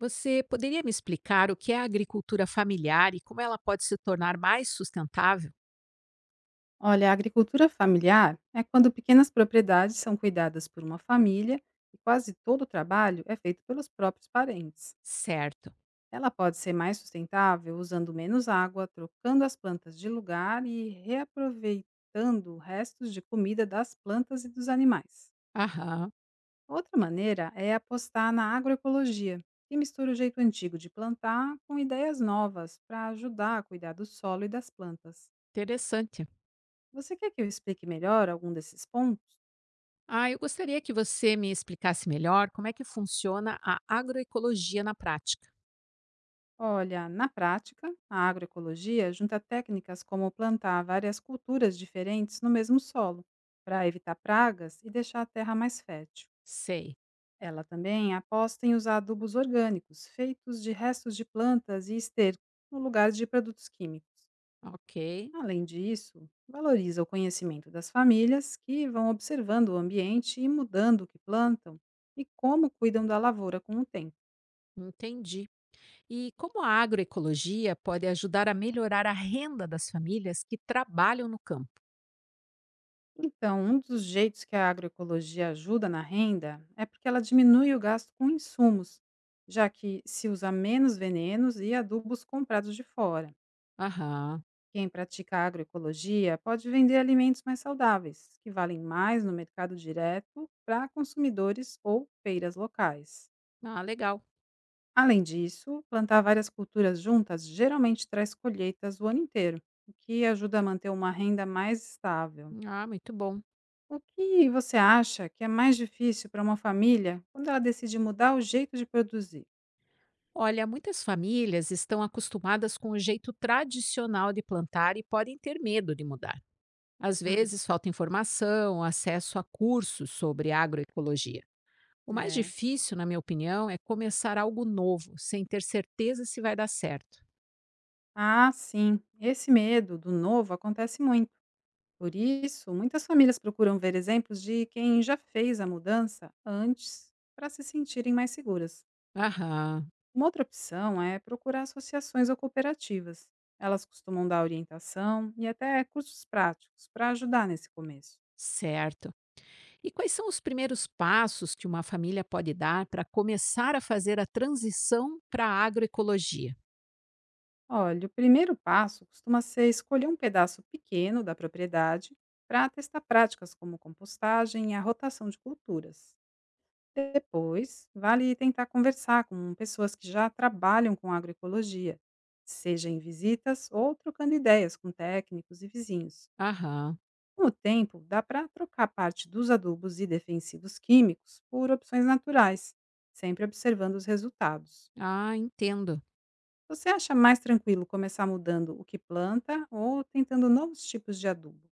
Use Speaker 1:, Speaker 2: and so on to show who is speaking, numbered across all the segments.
Speaker 1: Você poderia me explicar o que é a agricultura familiar e como ela pode se tornar mais sustentável?
Speaker 2: Olha, a agricultura familiar é quando pequenas propriedades são cuidadas por uma família e quase todo o trabalho é feito pelos próprios parentes.
Speaker 1: Certo.
Speaker 2: Ela pode ser mais sustentável usando menos água, trocando as plantas de lugar e reaproveitando restos de comida das plantas e dos animais.
Speaker 1: Aham,
Speaker 2: Outra maneira é apostar na agroecologia, que mistura o jeito antigo de plantar com ideias novas para ajudar a cuidar do solo e das plantas.
Speaker 1: interessante.
Speaker 2: Você quer que eu explique melhor algum desses pontos?
Speaker 1: Ah, eu gostaria que você me explicasse melhor como é que funciona a agroecologia na prática.
Speaker 2: Olha, na prática, a agroecologia junta técnicas como plantar várias culturas diferentes no mesmo solo, para evitar pragas e deixar a terra mais fértil.
Speaker 1: Sei.
Speaker 2: Ela também aposta em usar adubos orgânicos, feitos de restos de plantas e esterco, no lugar de produtos químicos.
Speaker 1: Ok,
Speaker 2: Além disso, valoriza o conhecimento das famílias que vão observando o ambiente e mudando o que plantam e como cuidam da lavoura com o tempo.
Speaker 1: entendi. E como a agroecologia pode ajudar a melhorar a renda das famílias que trabalham no campo?
Speaker 2: Então, um dos jeitos que a agroecologia ajuda na renda é porque ela diminui o gasto com insumos, já que se usa menos venenos e adubos comprados de fora.
Speaker 1: Aham.
Speaker 2: Quem pratica agroecologia pode vender alimentos mais saudáveis, que valem mais no mercado direto para consumidores ou feiras locais.
Speaker 1: Ah, legal.
Speaker 2: Além disso, plantar várias culturas juntas geralmente traz colheitas o ano inteiro, o que ajuda a manter uma renda mais estável.
Speaker 1: Ah, muito bom.
Speaker 2: O que você acha que é mais difícil para uma família quando ela decide mudar o jeito de produzir?
Speaker 1: Olha, muitas famílias estão acostumadas com o jeito tradicional de plantar e podem ter medo de mudar. Às
Speaker 2: Hum,
Speaker 1: vezes falta informação, acesso a cursos sobre agroecologia. O mais
Speaker 2: é.
Speaker 1: difícil, na minha opinião, é começar algo novo, sem ter certeza se vai dar certo.
Speaker 2: Ah, sim. Esse medo do novo acontece muito. Por isso, muitas famílias procuram ver exemplos de quem já fez a mudança antes para se sentirem mais seguras.
Speaker 1: Aham,
Speaker 2: Uma outra opção é procurar associações ou cooperativas. Elas costumam dar orientação e até cursos práticos para ajudar nesse começo.
Speaker 1: certo. E quais são os primeiros passos que uma família pode dar para começar a fazer a transição para a agroecologia?
Speaker 2: Olha, o primeiro passo costuma ser escolher um pedaço pequeno da propriedade para testar práticas como compostagem e a rotação de culturas. Depois, vale tentar conversar com pessoas que já trabalham com agroecologia, seja em visitas ou trocando ideias com técnicos e vizinhos.
Speaker 1: Aham,
Speaker 2: Com o tempo, dá para trocar parte dos adubos e defensivos químicos por opções naturais, sempre observando os resultados.
Speaker 1: ah, entendo.
Speaker 2: Você acha mais tranquilo começar mudando o que planta ou tentando novos tipos de adubo?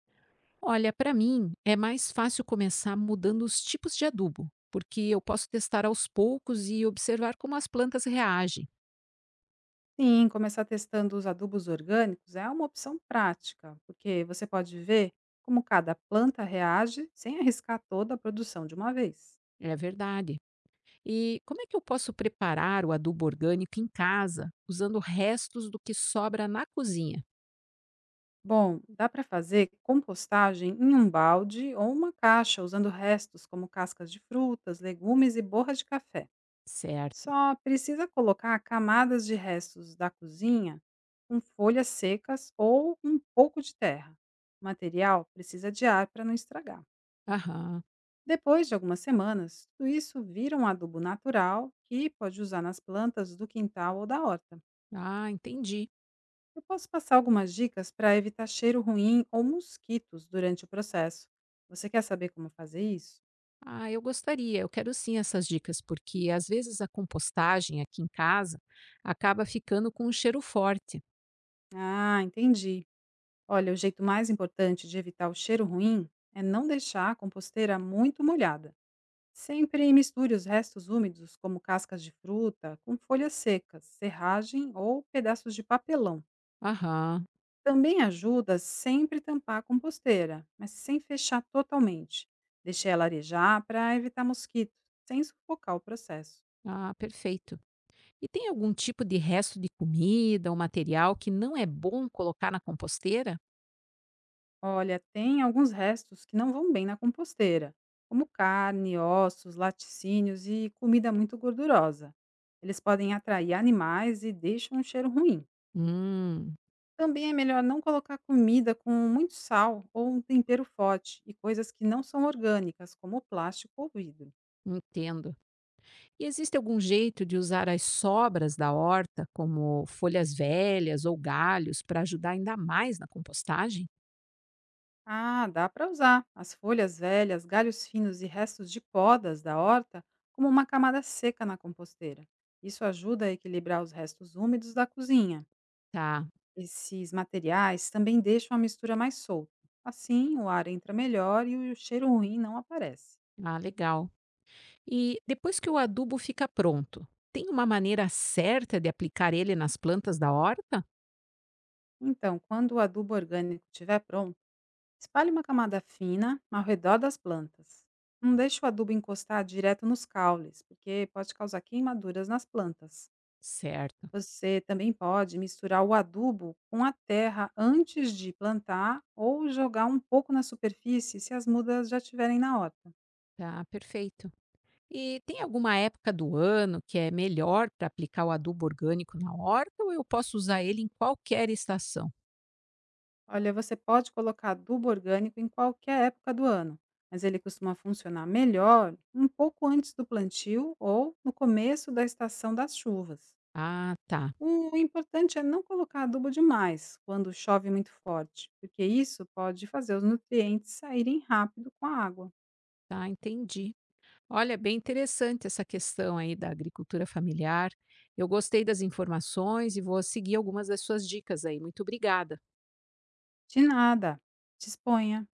Speaker 1: Olha, para mim é mais fácil começar mudando os tipos de adubo, porque eu posso testar aos poucos e observar como as plantas reagem.
Speaker 2: Sim, começar testando os adubos orgânicos é uma opção prática, porque você pode ver como cada planta reage sem arriscar toda a produção de uma vez.
Speaker 1: É verdade. E como é que eu posso preparar o adubo orgânico em casa, usando restos do que sobra na cozinha?
Speaker 2: Bom, dá para fazer compostagem em um balde ou uma caixa usando restos como cascas de frutas, legumes e borra de café.
Speaker 1: Certo.
Speaker 2: Só precisa colocar camadas de restos da cozinha com folhas secas ou um pouco de terra. O material precisa de ar para não estragar.
Speaker 1: Aham.
Speaker 2: Depois de algumas semanas, tudo isso vira um adubo natural que pode usar nas plantas do quintal ou da horta.
Speaker 1: Ah, entendi.
Speaker 2: Eu posso passar algumas dicas para evitar cheiro ruim ou mosquitos durante o processo. Você quer saber como fazer isso?
Speaker 1: Ah, eu gostaria. Eu quero sim essas dicas, porque às vezes a compostagem aqui em casa acaba ficando com um cheiro forte.
Speaker 2: Ah, entendi. Olha, o jeito mais importante de evitar o cheiro ruim é não deixar a composteira muito molhada. Sempre misture os restos úmidos, como cascas de fruta, com folhas secas, serragem ou pedaços de papelão.
Speaker 1: Aham.
Speaker 2: Também ajuda sempre tampar a composteira, mas sem fechar totalmente. Deixe ela arejar para evitar mosquitos, sem sufocar o processo.
Speaker 1: Ah, perfeito. E tem algum tipo de resto de comida ou material que não é bom colocar na composteira?
Speaker 2: Olha, tem alguns restos que não vão bem na composteira, como carne, ossos, laticínios e comida muito gordurosa. Eles podem atrair animais e deixam um cheiro ruim.
Speaker 1: Hum,
Speaker 2: Também é melhor não colocar comida com muito sal ou um tempero forte e coisas que não são orgânicas, como plástico ou vidro.
Speaker 1: entendo. E existe algum jeito de usar as sobras da horta, como folhas velhas ou galhos, para ajudar ainda mais na compostagem?
Speaker 2: Ah, dá para usar as folhas velhas, galhos finos e restos de podas da horta como uma camada seca na composteira. Isso ajuda a equilibrar os restos úmidos da cozinha.
Speaker 1: Tá,
Speaker 2: Esses materiais também deixam a mistura mais solta. Assim, o ar entra melhor e o cheiro ruim não aparece.
Speaker 1: ah, legal. E depois que o adubo fica pronto, tem uma maneira certa de aplicar ele nas plantas da horta?
Speaker 2: Então, quando o adubo orgânico estiver pronto, espalhe uma camada fina ao redor das plantas. Não deixe o adubo encostar direto nos caules, porque pode causar queimaduras nas plantas.
Speaker 1: Certo,
Speaker 2: Você também pode misturar o adubo com a terra antes de plantar ou jogar um pouco na superfície se as mudas já estiverem na horta.
Speaker 1: tá, perfeito. E tem alguma época do ano que é melhor para aplicar o adubo orgânico na horta ou eu posso usar ele em qualquer estação?
Speaker 2: Olha, você pode colocar adubo orgânico em qualquer época do ano, mas ele costuma funcionar melhor um pouco antes do plantio ou no começo da estação das chuvas.
Speaker 1: Ah, tá,
Speaker 2: O importante é não colocar adubo demais quando chove muito forte, porque isso pode fazer os nutrientes saírem rápido com a água.
Speaker 1: tá, entendi. Olha, bem interessante essa questão aí da agricultura familiar. Eu gostei das informações e vou seguir algumas das suas dicas aí. Muito obrigada.
Speaker 2: De nada. Disponha.